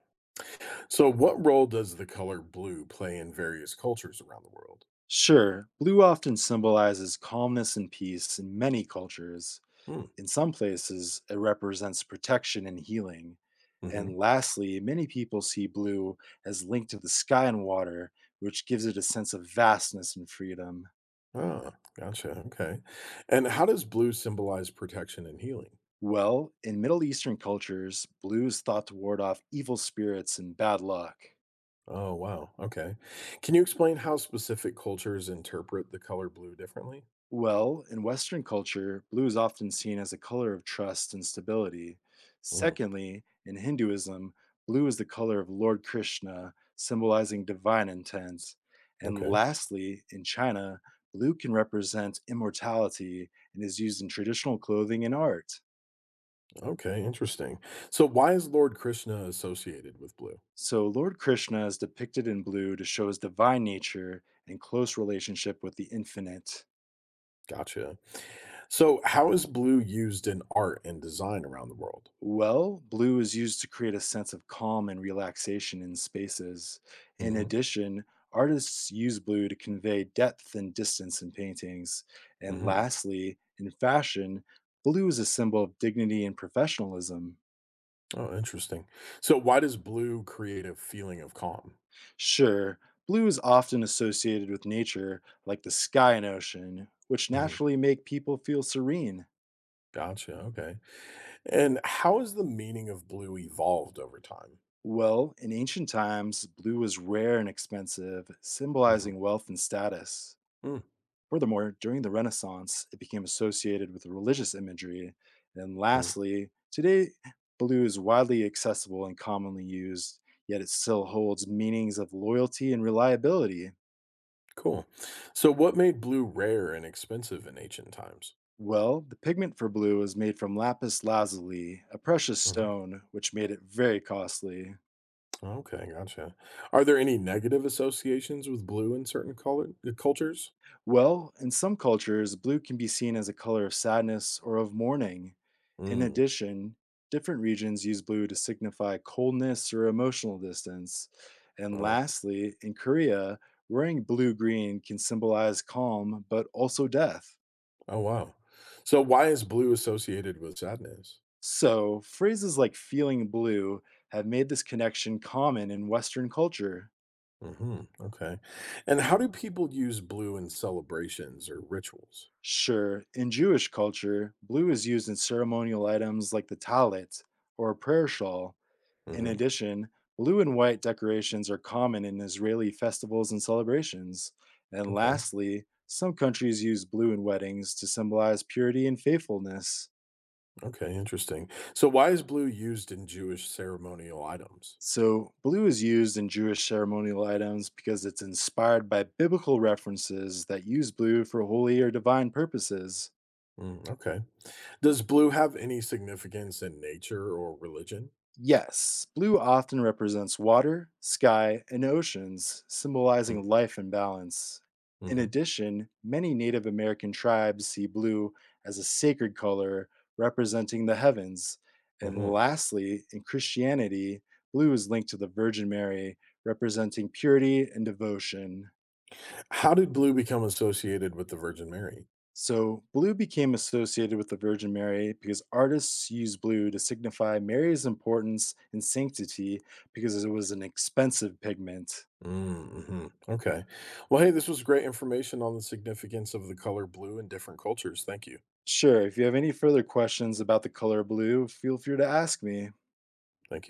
So, what role does the color blue play in various cultures around the world? Sure, blue often symbolizes calmness and peace in many cultures. Hmm. In some places, it represents protection and healing. Hmm. And lastly, many people see blue as linked to the sky and water, which gives it a sense of vastness and freedom. Ah, gotcha. Okay. And how does blue symbolize protection and healing? Well, in Middle Eastern cultures, blue is thought to ward off evil spirits and bad luck. Oh, wow. Okay. Can you explain how specific cultures interpret the color blue differently? Well, in Western culture, blue is often seen as a color of trust and stability. Mm, Secondly, in Hinduism, blue is the color of Lord Krishna, symbolizing divine intent. And okay. lastly, in China, blue can represent immortality and is used in traditional clothing and art. Okay. Interesting. So, why is Lord Krishna associated with blue? So, Lord Krishna is depicted in blue to show his divine nature and close relationship with the infinite. Gotcha. So, how is blue used in art and design around the world? Well, blue is used to create a sense of calm and relaxation in spaces. In Hmm. addition, artists use blue to convey depth and distance in paintings. And Hmm. lastly, in fashion, blue is a symbol of dignity and professionalism. Oh, interesting. So why does blue create a feeling of calm? Sure, blue is often associated with nature, like the sky and ocean, which Mhm. naturally make people feel serene. Gotcha. Okay. And how has the meaning of blue evolved over time? Well, in ancient times, blue was rare and expensive, Hmm. symbolizing wealth and status. Mm. Furthermore, during the Renaissance, it became associated with religious imagery. And Mm. lastly, today, blue is widely accessible and commonly used, yet it still holds meanings of loyalty and reliability. Cool. So what made blue rare and expensive in ancient times? Well, the pigment for blue was made from lapis lazuli, a precious Hmm. stone, which made it very costly. Okay, gotcha. Are there any negative associations with blue in certain color cultures? Well, in some cultures, blue can be seen as a color of sadness or of mourning. In Mm. addition, different regions use blue to signify coldness or emotional distance. And Oh. lastly, in Korea, wearing blue green can symbolize calm but also death. Oh, wow. So why is blue associated with sadness? So, phrases like feeling blue have made this connection common in Western culture. Mhm, okay. And how do people use blue in celebrations or rituals? Sure, in Jewish culture, blue is used in ceremonial items like the talit or prayer shawl. In Mhm, addition, blue and white decorations are common in Israeli festivals and celebrations. And okay, lastly, some countries use blue in weddings to symbolize purity and faithfulness. okay, interesting. So why is blue used in Jewish ceremonial items? So, blue is used in Jewish ceremonial items because it's inspired by biblical references that use blue for holy or divine purposes. Mm, okay. Does blue have any significance in nature or religion? Yes, blue often represents water, sky, and oceans, Mm, symbolizing life and balance. In mhm, addition, many Native American tribes see blue as a sacred color representing the heavens. And mhm. lastly, in Christianity, blue is linked to the Virgin Mary, representing purity and devotion. How did blue become associated with the Virgin Mary? So, blue became associated with the Virgin Mary because artists used blue to signify Mary's importance and sanctity because it was an expensive pigment. Mm, mhm, okay. Well, hey, this was great information on the significance of the color blue in different cultures. Thank you. Sure, if you have any further questions about the color blue, feel free to ask me. Thank you.